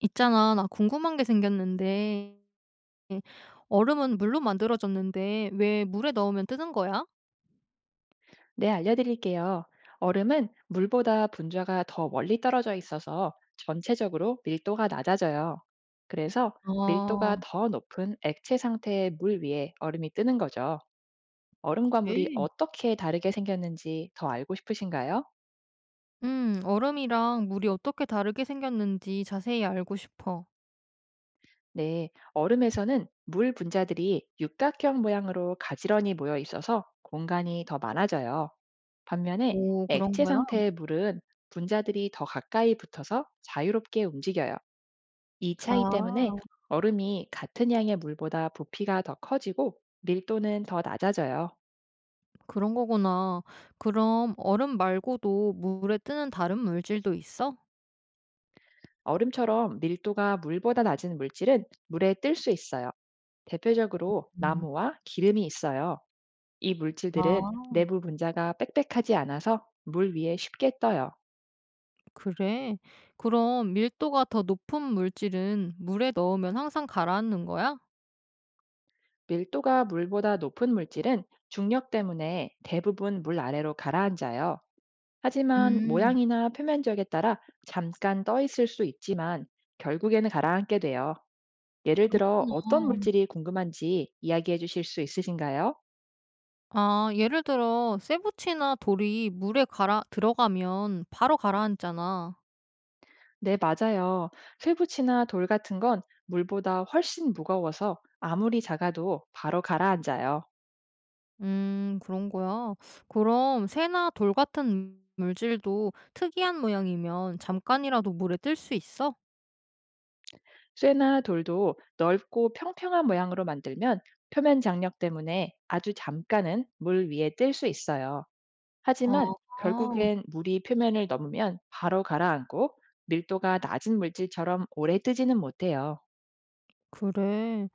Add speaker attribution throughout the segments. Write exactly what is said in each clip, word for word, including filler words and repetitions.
Speaker 1: 있잖아, 나 궁금한 게 생겼는데, 얼음은 물로 만들어졌는데, 왜 물에 넣으면 뜨는 거야?
Speaker 2: 네, 알려드릴게요. 얼음은 물보다 분자가 더 멀리 떨어져 있어서 전체적으로 밀도가 낮아져요. 그래서
Speaker 1: 아,
Speaker 2: 밀도가 더 높은 액체 상태의 물 위에 얼음이 뜨는 거죠. 얼음과 물이
Speaker 1: 그래?
Speaker 2: 어떻게 다르게 생겼는지 더 알고 싶으신가요?
Speaker 1: 음, 얼음이랑 물이 어떻게 다르게 생겼는지 자세히 알고 싶어.
Speaker 2: 네, 얼음에서는 물 분자들이 육각형 모양으로 가지런히 모여 있어서 공간이 더 많아져요. 반면에
Speaker 1: 오, 그런
Speaker 2: 액체
Speaker 1: 거야?
Speaker 2: 상태의 물은 분자들이 더 가까이 붙어서 자유롭게 움직여요. 이 차이 때문에
Speaker 1: 아,
Speaker 2: 얼음이 같은 양의 물보다 부피가 더 커지고 밀도는 더 낮아져요.
Speaker 1: 그런 거구나. 그럼 얼음 말고도 물에 뜨는 다른 물질도 있어?
Speaker 2: 얼음처럼 밀도가 물보다 낮은 물질은 물에 뜰 수 있어요. 대표적으로
Speaker 1: 음,
Speaker 2: 나무와 기름이 있어요. 이 물질들은
Speaker 1: 아,
Speaker 2: 내부 분자가 빽빽하지 않아서 물 위에 쉽게 떠요.
Speaker 1: 그래. 그럼 밀도가 더 높은 물질은 물에 넣으면 항상 가라앉는 거야?
Speaker 2: 밀도가 물보다 높은 물질은 중력 때문에 대부분 물 아래로 가라앉아요. 하지만
Speaker 1: 음,
Speaker 2: 모양이나 표면적에 따라 잠깐 떠 있을 수 있지만 결국에는 가라앉게 돼요. 예를 들어
Speaker 1: 그렇구나.
Speaker 2: 어떤 물질이 궁금한지 이야기해 주실 수 있으신가요?
Speaker 1: 아 예를 들어 세부치나 돌이 물에 가라 들어가면 바로 가라앉잖아.
Speaker 2: 네, 맞아요. 쇠붙이나 돌 같은 건 물보다 훨씬 무거워서 아무리 작아도 바로 가라앉아요.
Speaker 1: 음 그런 거야. 그럼 새나 돌 같은 물질도 특이한 모양이면 잠깐이라도 물에 뜰 수 있어?
Speaker 2: 쇠나 돌도 넓고 평평한 모양으로 만들면 표면 장력 때문에 아주 잠깐은 물 위에 뜰 수 있어요.
Speaker 1: 아
Speaker 2: 하지만
Speaker 1: 아,
Speaker 2: 결국엔 물이 표면을 넘으면 바로 가라앉고 밀도가 낮은 물질처럼 오래 뜨지는 못해요.
Speaker 1: 그래.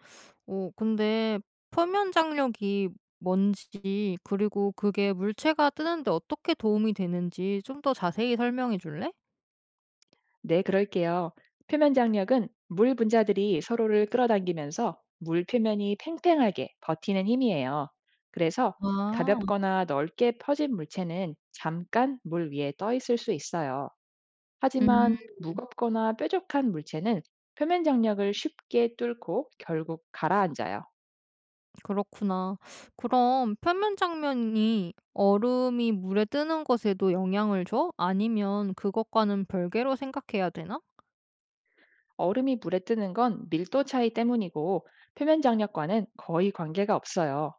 Speaker 1: 어 근데 표면 장력이 뭔지 그리고 그게 물체가 뜨는데 어떻게 도움이 되는지 좀 더 자세히 설명해 줄래?
Speaker 2: 네, 그럴게요. 표면 장력은 물 분자들이 서로를 끌어당기면서 물 표면이 팽팽하게 버티는 힘이에요. 그래서
Speaker 1: 아.
Speaker 2: 가볍거나 넓게 퍼진 물체는 잠깐 물 위에 떠 있을 수 있어요.
Speaker 1: 음.
Speaker 2: 하지만 무겁거나 뾰족한 물체는 표면 장력을 쉽게 뚫고 결국 가라앉아요.
Speaker 1: 그렇구나. 그럼 표면 장면이 얼음이 물에 뜨는 것에도 영향을 줘? 아니면 그것과는 별개로 생각해야 되나?
Speaker 2: 얼음이 물에 뜨는 건 밀도 차이 때문이고 표면 장력과는 거의 관계가 없어요.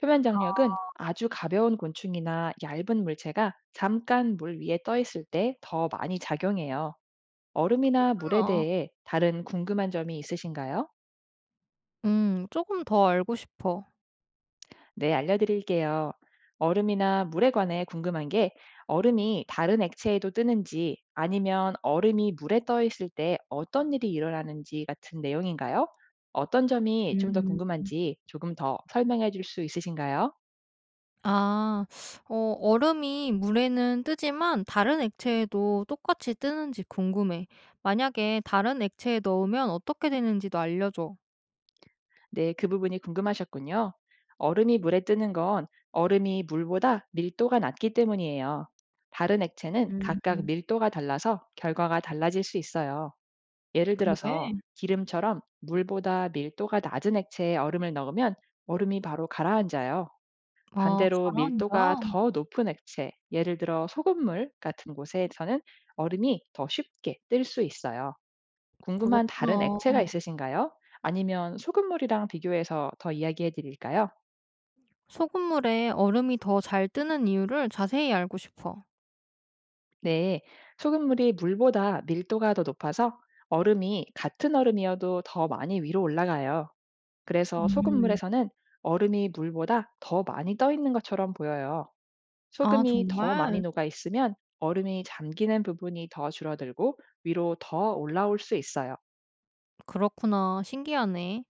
Speaker 2: 표면 장력은 아주 가벼운 곤충이나 얇은 물체가 잠깐 물 위에 떠 있을 때 더 많이 작용해요. 얼음이나 물에
Speaker 1: 그렇구나.
Speaker 2: 대해 다른 궁금한 점이 있으신가요?
Speaker 1: 음, 조금 더 알고 싶어.
Speaker 2: 네, 알려드릴게요. 얼음이나 물에 관해 궁금한 게 얼음이 다른 액체에도 뜨는지 아니면 얼음이 물에 떠 있을 때 어떤 일이 일어나는지 같은 내용인가요? 어떤 점이 좀 더
Speaker 1: 음.
Speaker 2: 궁금한지 조금 더 설명해 줄 수 있으신가요?
Speaker 1: 아, 어, 얼음이 물에는 뜨지만 다른 액체에도 똑같이 뜨는지 궁금해. 만약에 다른 액체에 넣으면 어떻게 되는지도 알려줘.
Speaker 2: 네, 그 부분이 궁금하셨군요. 얼음이 물에 뜨는 건 얼음이 물보다 밀도가 낮기 때문이에요. 다른 액체는 각각
Speaker 1: 음,
Speaker 2: 밀도가 달라서 결과가 달라질 수 있어요. 예를 들어서
Speaker 1: 그래?
Speaker 2: 기름처럼 물보다 밀도가 낮은 액체에 얼음을 넣으면 얼음이 바로 가라앉아요.
Speaker 1: 아,
Speaker 2: 반대로 밀도가
Speaker 1: 가라앉아?
Speaker 2: 더 높은 액체, 예를 들어 소금물 같은 곳에서는 얼음이 더 쉽게 뜰 수 있어요. 궁금한 다른
Speaker 1: 그렇구나.
Speaker 2: 액체가 있으신가요? 아니면 소금물이랑 비교해서 더 이야기해 드릴까요?
Speaker 1: 소금물에 얼음이 더 잘 뜨는 이유를 자세히 알고 싶어.
Speaker 2: 네. 소금물이 물보다 밀도가 더 높아서 얼음이 같은 얼음이어도 더 많이 위로 올라가요. 그래서
Speaker 1: 음.
Speaker 2: 소금물에서는 얼음이 물보다 더 많이 떠 있는 것처럼 보여요.
Speaker 1: 아,
Speaker 2: 소금이 더 많이
Speaker 1: 정말?
Speaker 2: 녹아 있으면 얼음이 잠기는 부분이 더 줄어들고 위로 더 올라올 수 있어요.
Speaker 1: 그렇구나. 신기하네.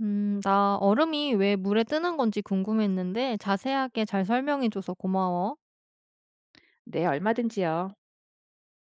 Speaker 1: 음, 나 얼음이 왜 물에 뜨는 건지 궁금했는데 자세하게 잘 설명해줘서 고마워.
Speaker 2: 네, 얼마든지요.